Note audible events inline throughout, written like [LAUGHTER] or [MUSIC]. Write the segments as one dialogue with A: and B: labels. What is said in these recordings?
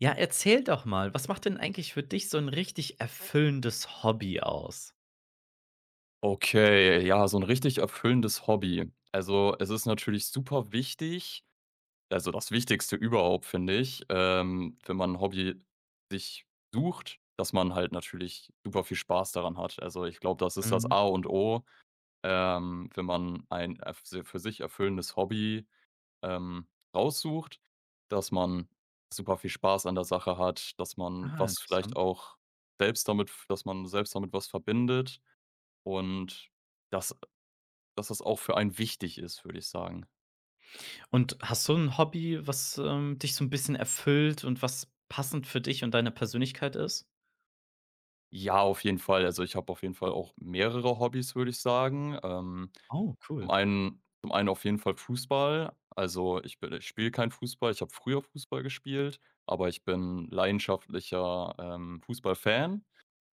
A: Ja, erzähl doch mal, was macht denn eigentlich für dich so ein richtig erfüllendes Hobby aus?
B: Okay, ja, so ein richtig erfüllendes Hobby. Also, es ist natürlich super wichtig, also das Wichtigste überhaupt, finde ich, wenn man 'n Hobby sich sucht, dass man halt natürlich super viel Spaß daran hat. Also, ich glaube, das ist das
A: Mhm.
B: A und O, wenn man ein erf si für sich erfüllendes Hobby, ähm, raussucht, dass man super viel Spaß an der Sache hat, dass man
A: Ah,
B: was vielleicht
A: interessant.
B: auch selbst damit dass man selbst damit was verbindet und das dass das auch für einen wichtig ist, würde ich sagen.
A: Und hast du ein Hobby, was, dich so ein bisschen erfüllt und was passend für dich und deine Persönlichkeit ist?
B: Ja, auf jeden Fall. Also, ich habe auf jeden Fall auch mehrere Hobbys, würde ich sagen.
A: Oh, cool.
B: Zum einen auf jeden Fall Fußball. Also, ich spiele kein Fußball. Ich habe früher Fußball gespielt, aber ich bin leidenschaftlicher, Fußballfan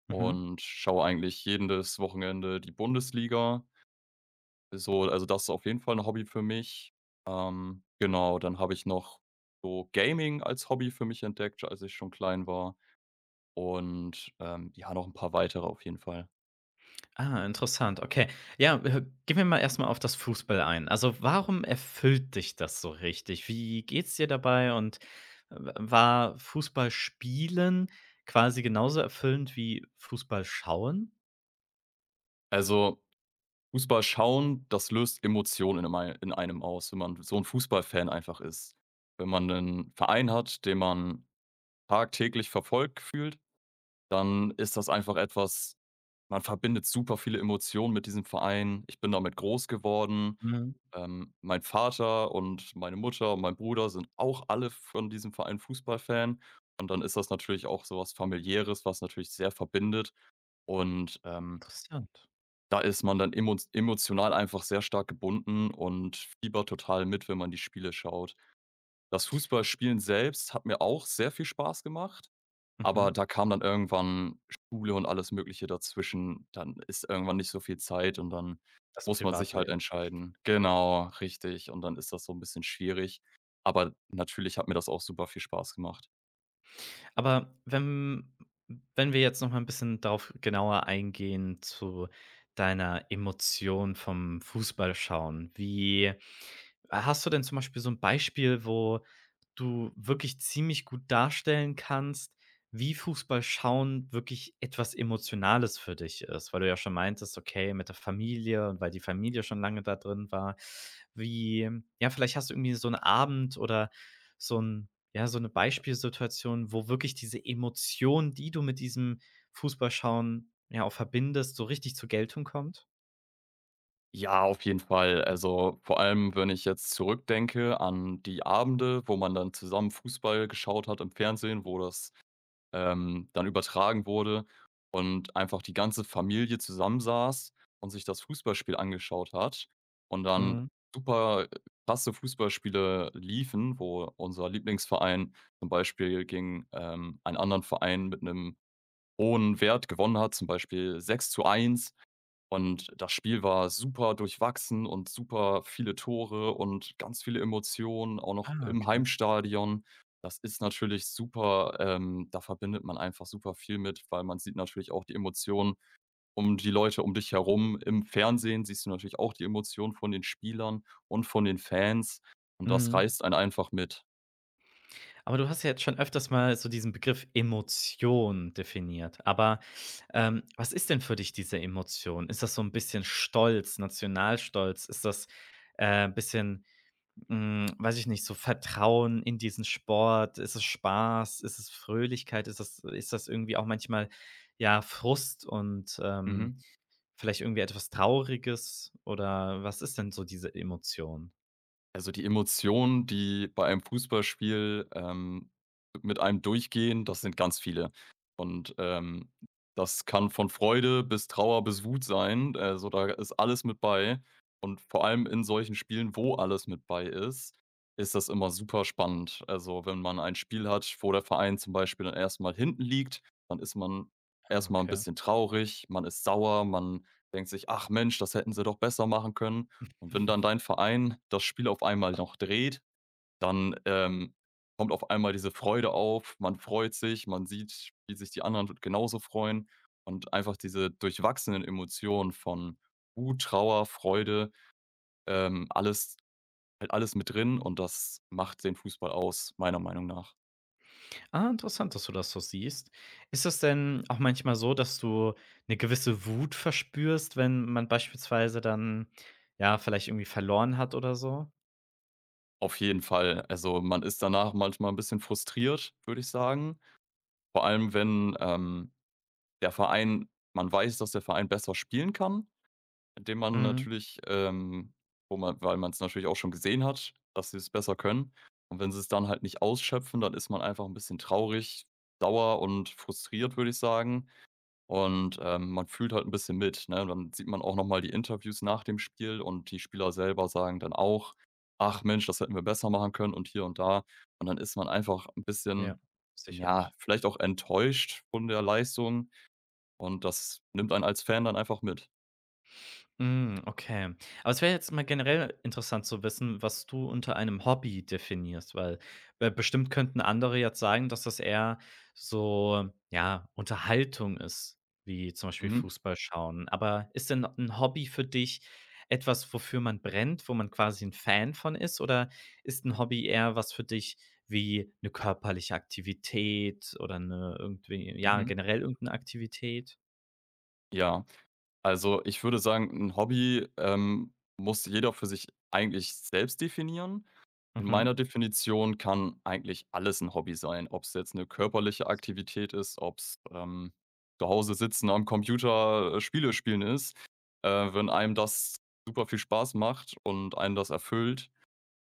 A: Mhm.
B: und schaue eigentlich jedes Wochenende die Bundesliga. So, also, das ist auf jeden Fall ein Hobby für mich. Genau, dann habe ich noch so Gaming als Hobby für mich entdeckt, als ich schon klein war. Und, ja, noch ein paar weitere auf jeden Fall.
A: Ah, interessant, okay. Ja, gehen wir mal erst mal auf das Fußball ein. Also, warum erfüllt dich das so richtig? Wie geht's dir dabei und w war Fußball spielen quasi genauso erfüllend wie Fußball schauen?
B: Also, Fußball schauen, das löst Emotionen in mei in einem aus, wenn man so ein Fußballfan einfach ist. Wenn man einen Verein hat, den man tagtäglich verfolgt, fühlt, dann ist das einfach etwas, man verbindet super viele Emotionen mit diesem Verein. Ich bin damit groß geworden. Mein Vater und meine Mutter und mein Bruder sind auch alle von diesem Verein Fußballfan. Und dann ist das natürlich auch so was Familiäres, was natürlich sehr verbindet. Und,
A: Interessant.
B: da ist man dann emotional einfach sehr stark gebunden und fiebert total mit, wenn man die Spiele schaut. Das Fußballspielen selbst hat mir auch sehr viel Spaß gemacht, aber
A: Mhm.
B: da kam dann irgendwann Schule und alles Mögliche dazwischen. Dann ist irgendwann nicht so viel Zeit und dann
A: Das
B: muss man sich halt
A: Privatleben.
B: entscheiden. Genau, richtig. Und dann ist das so ein bisschen schwierig. Aber natürlich hat mir das auch super viel Spaß gemacht.
A: Aber wenn wir jetzt noch mal ein bisschen darauf genauer eingehen zu deiner Emotion vom Fußballschauen. Wie hast du denn zum Beispiel so ein Beispiel, wo du wirklich ziemlich gut darstellen kannst, wie Fußball schauen wirklich etwas Emotionales für dich ist, weil du ja schon meintest, okay, mit der Familie und weil die Familie schon lange da drin war. Wie ja, vielleicht hast du irgendwie so einen Abend oder so ein, ja, so eine Beispielsituation, wo wirklich diese Emotion, die du mit diesem Fußballschauen, ja, auch verbindest, so richtig zur Geltung kommt?
B: Ja, auf jeden Fall. Also, vor allem, wenn ich jetzt zurückdenke an die Abende, wo man dann zusammen Fußball geschaut hat im Fernsehen, wo das, dann übertragen wurde und einfach die ganze Familie zusammensaß und sich das Fußballspiel angeschaut hat und dann
A: Mhm.
B: super krasse Fußballspiele liefen, wo unser Lieblingsverein zum Beispiel gegen, einen anderen Verein mit einem hohen Wert gewonnen hat, zum Beispiel 6:1. Und das Spiel war super durchwachsen und super viele Tore und ganz viele Emotionen, auch noch
A: Ah,
B: im
A: okay.
B: Heimstadion. Das ist natürlich super, da verbindet man einfach super viel mit, weil man sieht natürlich auch die Emotionen um die Leute um dich herum. Im Fernsehen siehst du natürlich auch die Emotionen von den Spielern und von den Fans und das
A: Mhm.
B: reißt einen einfach mit.
A: Aber du hast ja jetzt schon öfters mal so diesen Begriff Emotion definiert. Aber, was ist denn für dich diese Emotion? Ist das so ein bisschen Stolz, Nationalstolz? Ist das, ein bisschen, hm, weiß ich nicht, so Vertrauen in diesen Sport? Ist es Spaß? Ist es Fröhlichkeit? Ist das irgendwie auch manchmal, ja, Frust und,
B: Mhm.
A: vielleicht irgendwie etwas Trauriges? Oder was ist denn so diese Emotion?
B: Also, die Emotionen, die bei einem Fußballspiel, mit einem durchgehen, das sind ganz viele. Und, das kann von Freude bis Trauer bis Wut sein. Also, da ist alles mit bei. Und vor allem in solchen Spielen, wo alles mit bei ist, ist das immer super spannend. Also, wenn man ein Spiel hat, wo der Verein zum Beispiel dann erst mal hinten liegt, dann ist man erst mal 'n
A: Okay.
B: bisschen traurig, man ist sauer, man denkt sich: „Ach Mensch, das hätten sie doch besser machen können.“ Und wenn dann dein Verein das Spiel auf einmal noch dreht, dann, kommt auf einmal diese Freude auf. Man freut sich, man sieht, wie sich die anderen genauso freuen und einfach diese durchwachsenen Emotionen von Wut, Trauer, Freude, alles halt alles mit drin und das macht den Fußball aus, meiner Meinung nach.
A: Ah, interessant, dass du das so siehst. Ist es denn auch manchmal so, dass du eine gewisse Wut verspürst, wenn man beispielsweise dann, ja, vielleicht irgendwie verloren hat oder so?
B: Auf jeden Fall. Also, man ist danach manchmal ein bisschen frustriert, würde ich sagen. Vor allem, wenn, der Verein, man weiß, dass der Verein besser spielen kann, den man
A: Mhm.
B: natürlich, wo man, weil man's natürlich auch schon gesehen hat, dass sie es besser können. Und wenn sie es dann halt nicht ausschöpfen, dann ist man einfach ein bisschen traurig, sauer und frustriert, würde ich sagen. Und, man fühlt halt ein bisschen mit, ne? Dann sieht man auch noch mal die Interviews nach dem Spiel und die Spieler selber sagen dann auch: „Ach Mensch, das hätten wir besser machen können und hier und da.“ Und dann ist man einfach ein
A: Ja,
B: bisschen, ja,
A: sicherlich.
B: vielleicht auch enttäuscht von der Leistung und das nimmt einen als Fan dann einfach mit.
A: Hm, okay. Aber es wäre jetzt mal generell interessant zu wissen, was du unter einem Hobby definierst, weil, bestimmt könnten andere jetzt sagen, dass das eher so, ja, Unterhaltung ist, wie zum Beispiel
B: Mhm,
A: Fußball schauen. Aber ist denn ein Hobby für dich etwas, wofür man brennt, wo man quasi ein Fan von ist? Oder ist ein Hobby eher was für dich wie eine körperliche Aktivität oder eine irgendwie ja,
B: mhm.
A: generell irgendeine Aktivität?
B: Ja, also ich würde sagen, ein Hobby, muss jeder für sich eigentlich selbst definieren. In
A: Mhm.
B: meiner Definition kann eigentlich alles ein Hobby sein, ob es jetzt eine körperliche Aktivität ist, ob's, zu Hause sitzen am Computer, Spiele spielen ist. Wenn einem das super viel Spaß macht und einem das erfüllt,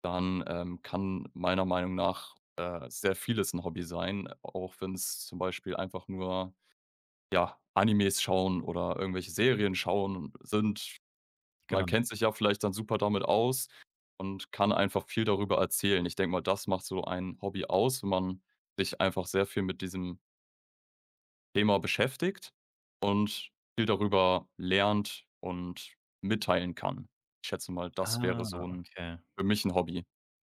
B: dann, kann meiner Meinung nach, sehr vieles ein Hobby sein, auch wenn es zum Beispiel einfach nur, ja, Animes schauen oder irgendwelche Serien schauen sind. Man
A: Genau.
B: kennt sich ja vielleicht dann super damit aus und kann einfach viel darüber erzählen. Ich denke mal, das macht so ein Hobby aus, wenn man sich einfach sehr viel mit diesem Thema beschäftigt und viel darüber lernt und mitteilen kann. Ich schätze mal, das wäre so
A: Ah,
B: 'n
A: okay.
B: für mich ein Hobby. [LAUGHS]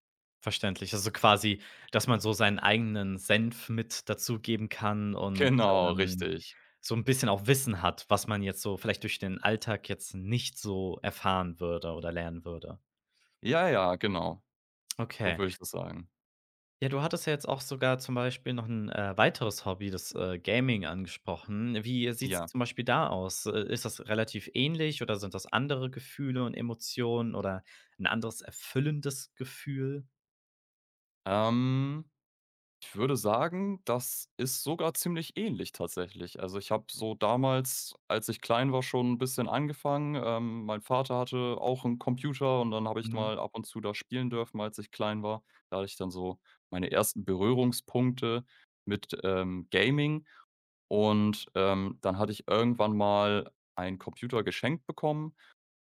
A: Verständlich. Also, quasi, dass man so seinen eigenen Senf mit dazugeben kann und,
B: Genau,
A: ähm,
B: richtig.
A: so ein bisschen auch Wissen hat, was man jetzt so vielleicht durch den Alltag jetzt nicht so erfahren würde oder lernen würde.
B: Ja, ja, genau. So
A: Okay.
B: würde ich das sagen.
A: Ja, du hattest ja jetzt auch sogar zum Beispiel noch ein weiteres Hobby, das, Gaming angesprochen. Wie sieht es
B: Ja.
A: zum Beispiel da aus? Ist das relativ ähnlich oder sind das andere Gefühle und Emotionen oder ein anderes erfüllendes Gefühl?
B: Ähm Ich würde sagen, das ist sogar ziemlich ähnlich tatsächlich. Also, ich habe so damals, als ich klein war, schon ein bisschen angefangen. Mein Vater hatte auch einen Computer und dann habe ich
A: Mhm.
B: mal ab und zu da spielen dürfen, als ich klein war. Da hatte ich dann so meine ersten Berührungspunkte mit, Gaming und, dann hatte ich irgendwann mal einen Computer geschenkt bekommen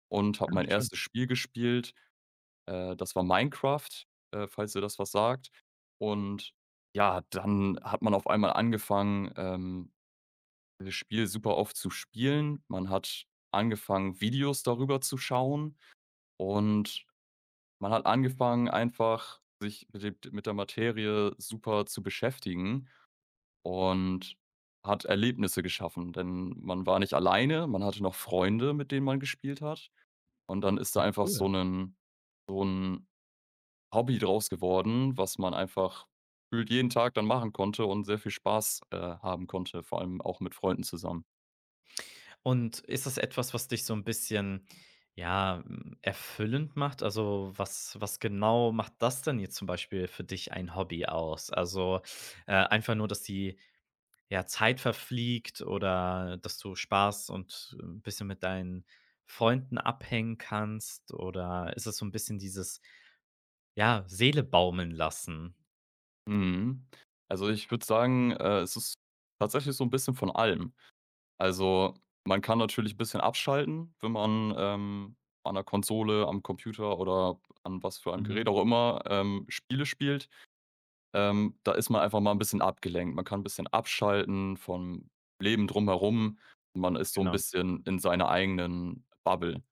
B: und habe
A: Ah,
B: mein
A: schön.
B: erstes Spiel gespielt. Das war Minecraft, falls dir das was sagt. Und ja, dann hat man auf einmal angefangen, dieses Spiel super oft zu spielen. Man hat angefangen, Videos darüber zu schauen und man hat angefangen, einfach sich mit der Materie super zu beschäftigen und hat Erlebnisse geschaffen, denn man war nicht alleine, man hatte noch Freunde, mit denen man gespielt hat. Und dann ist da
A: Ja,
B: einfach
A: cool.
B: so ein Hobby draus geworden, was man einfach gefühlt jeden Tag dann machen konnte und sehr viel Spaß, haben konnte, vor allem auch mit Freunden zusammen.
A: Und ist das etwas, was dich so ein bisschen, ja, hm, erfüllend macht? Also, was genau macht das denn jetzt zum Beispiel für dich ein Hobby aus? Also, einfach nur, dass die, ja, Zeit verfliegt oder dass du Spaß und ein bisschen mit deinen Freunden abhängen kannst oder ist es so ein bisschen dieses, ja, Seele baumeln lassen?
B: Mhm. Also, ich würde sagen, es ist tatsächlich so ein bisschen von allem. Also, man kann natürlich ein bisschen abschalten, wenn man, an der Konsole, am Computer oder an was für einem
A: Mhm,
B: Gerät auch immer, Spiele spielt. Da ist man einfach mal ein bisschen abgelenkt. Man kann ein bisschen abschalten vom Leben drumherum. Man ist so ein
A: genau.
B: bisschen in seiner eigenen Bubble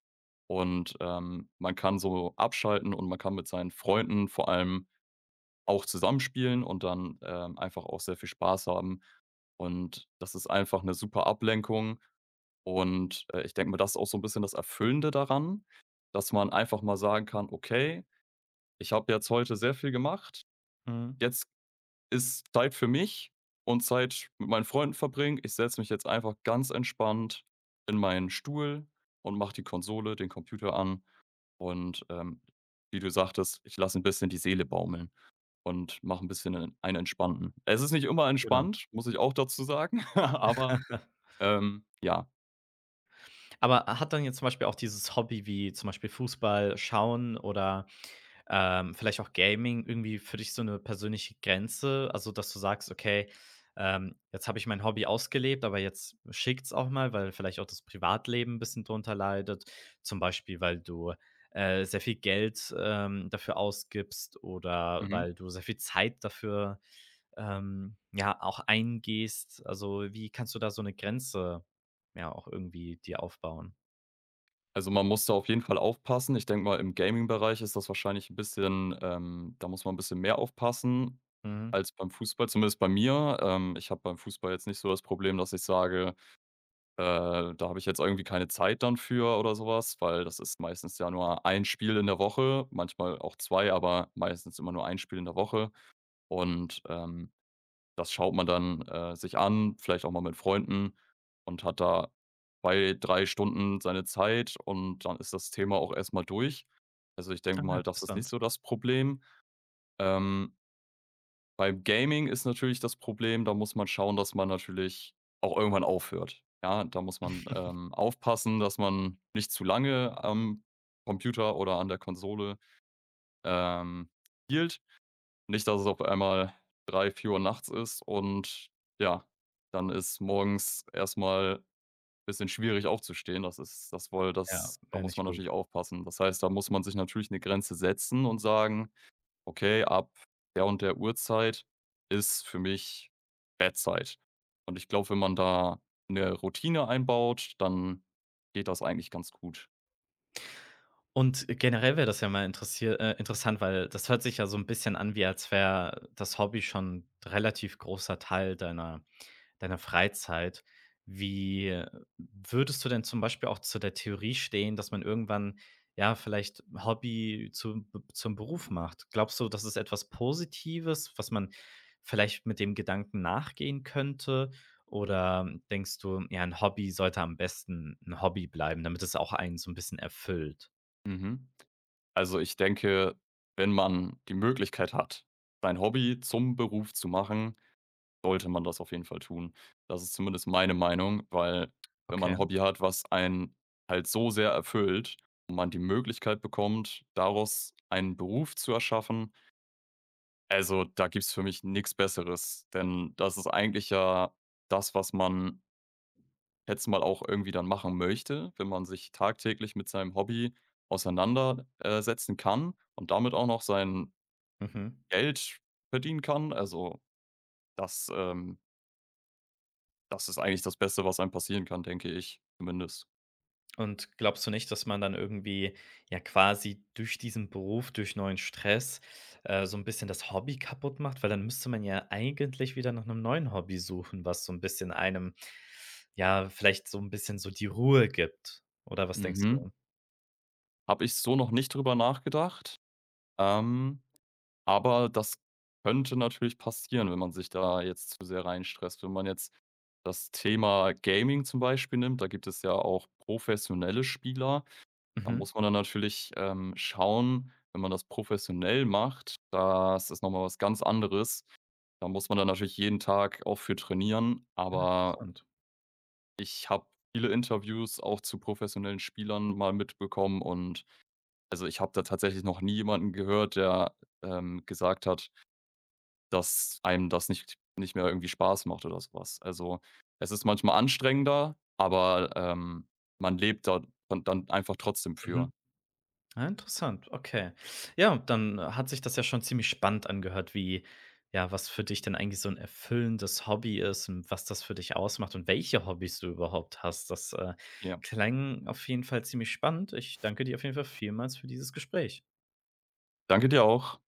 B: und, man kann so abschalten und man kann mit seinen Freunden vor allem auch zusammenspielen und dann, einfach auch sehr viel Spaß haben. Und das ist einfach eine super Ablenkung und, ich denke mal, das ist auch so ein bisschen das Erfüllende daran, dass man einfach mal sagen kann: „Okay, ich habe jetzt heute sehr viel gemacht.
A: Mhm,
B: Jetzt ist Zeit für mich und Zeit mit meinen Freunden verbringen. Ich setze mich jetzt einfach ganz entspannt in meinen Stuhl und mache die Konsole, den Computer an und, wie du sagtest, ich lasse ein bisschen die Seele baumeln und mache ein bisschen 'nen einen entspannten. Es ist nicht immer
A: genau.
B: entspannt, muss ich auch dazu sagen, [LAUGHS] aber,
A: [LAUGHS]
B: ja.
A: Aber hat dann jetzt zum Beispiel auch dieses Hobby wie zum Beispiel Fußball schauen oder ähm, vielleicht auch Gaming irgendwie für dich so eine persönliche Grenze? Also, dass du sagst: „Okay, jetzt habe ich mein Hobby ausgelebt, aber jetzt schickt's auch mal“, weil vielleicht auch das Privatleben 'n bisschen drunter leidet, zum Beispiel, weil du, sehr viel Geld, dafür ausgibst oder
B: Mhm.
A: weil du sehr viel Zeit dafür, ja, auch eingehst. Also, wie kannst du da so eine Grenze, ja, auch irgendwie dir aufbauen?
B: Also, man muss da auf jeden Fall aufpassen. Ich denke mal, im Gaming-Bereich ist das wahrscheinlich ein bisschen, da muss man ein bisschen mehr aufpassen
A: Mhm.
B: als beim Fußball, zumindest bei mir. Ich habe beim Fußball jetzt nicht so das Problem, dass ich sage, äh, da habe ich jetzt irgendwie keine Zeit dann für oder sowas, weil das ist meistens ja nur ein Spiel in der Woche, manchmal auch 2, aber meistens immer nur ein Spiel in der Woche. Und, das schaut man dann, sich an, vielleicht auch mal mit Freunden und hat da 2, 3 Stunden seine Zeit und dann ist das Thema auch erst mal durch. Also, ich
A: Ah,
B: denke mal, das ist nicht
A: interessant.
B: so das Problem. Ähm, beim Gaming ist natürlich das Problem, da muss man schauen, dass man natürlich auch irgendwann aufhört. Ja, da muss man,
A: [LAUGHS]
B: aufpassen, dass man nicht zu lange am Computer oder an der Konsole, ähm, spielt. Nicht, dass es auf einmal drei, vier Uhr nachts ist und ja, dann ist morgens erst mal bisschen schwierig aufzustehen. Das ist das, wohl
A: Ja,
B: das, da
A: wäre
B: muss
A: nicht
B: man
A: gut.
B: natürlich aufpassen. Das heißt, da muss man sich natürlich eine Grenze setzen und sagen: „Okay, ab der und der Uhrzeit ist für mich Bettzeit.“ Und ich glaube, wenn man da eine Routine einbaut, dann geht das eigentlich ganz gut.
A: Und generell wäre das ja mal interessier interessant, weil das hört sich ja so ein bisschen an, wie als wäre das Hobby schon ein relativ großer Teil deiner Freizeit. Wie würdest du denn zum Beispiel auch zu der Theorie stehen, dass man irgendwann, ja, vielleicht Hobby zum Beruf macht? Glaubst du, das ist etwas Positives, was man vielleicht mit dem Gedanken nachgehen könnte? Oder denkst du, ja, ein Hobby sollte am besten ein Hobby bleiben, damit es auch einen so ein bisschen erfüllt?
B: Mhm. Also, ich denke, wenn man die Möglichkeit hat, sein Hobby zum Beruf zu machen, sollte man das auf jeden Fall tun. Das ist zumindest meine Meinung, weil, wenn man
A: Okay.
B: ein Hobby hat, was einen halt so sehr erfüllt und man die Möglichkeit bekommt, daraus einen Beruf zu erschaffen, also, da gibt's für mich nichts Besseres, denn das ist eigentlich ja das, was man jetzt mal auch irgendwie dann machen möchte, wenn man sich tagtäglich mit seinem Hobby auseinandersetzen kann und damit auch noch sein
A: Mhm.
B: Geld verdienen kann. Also, das, ähm das ist eigentlich das Beste, was einem passieren kann, denke ich zumindest.
A: Und glaubst du nicht, dass man dann irgendwie ja quasi durch diesen Beruf, durch neuen Stress, so ein bisschen das Hobby kaputt macht? Weil dann müsste man ja eigentlich wieder nach einem neuen Hobby suchen, was so ein bisschen einem ja, vielleicht so ein bisschen so die Ruhe gibt. Oder was denkst
B: Mhm.
A: du?
B: Habe ich so noch nicht drüber nachgedacht, ähm, aber das könnte natürlich passieren, wenn man sich da jetzt zu sehr reinstresst. Wenn man jetzt das Thema Gaming zum Beispiel nimmt, da gibt es ja auch professionelle Spieler. Da
A: Mhm.
B: muss man dann natürlich, schauen, wenn man das professionell macht, das ist nochmal was ganz anderes. Da muss man dann natürlich jeden Tag auch für trainieren, aber
A: Interessant.
B: ich habe viele Interviews auch zu professionellen Spielern mal mitbekommen und, also, ich habe da tatsächlich noch nie jemanden gehört, der, gesagt hat, dass einem das nicht mehr irgendwie Spaß macht oder so was. Also, es ist manchmal anstrengender, aber, man lebt da dann einfach trotzdem
A: Mhm.
B: für.
A: Ah, interessant, okay. Ja, und dann hat sich das ja schon ziemlich spannend angehört, wie ja, was für dich denn eigentlich so ein erfüllendes Hobby ist und was das für dich ausmacht und welche Hobbys du überhaupt hast. Das,
B: Ja.
A: klang auf jeden Fall ziemlich spannend. Ich danke dir auf jeden Fall vielmals für dieses Gespräch.
B: Danke dir auch.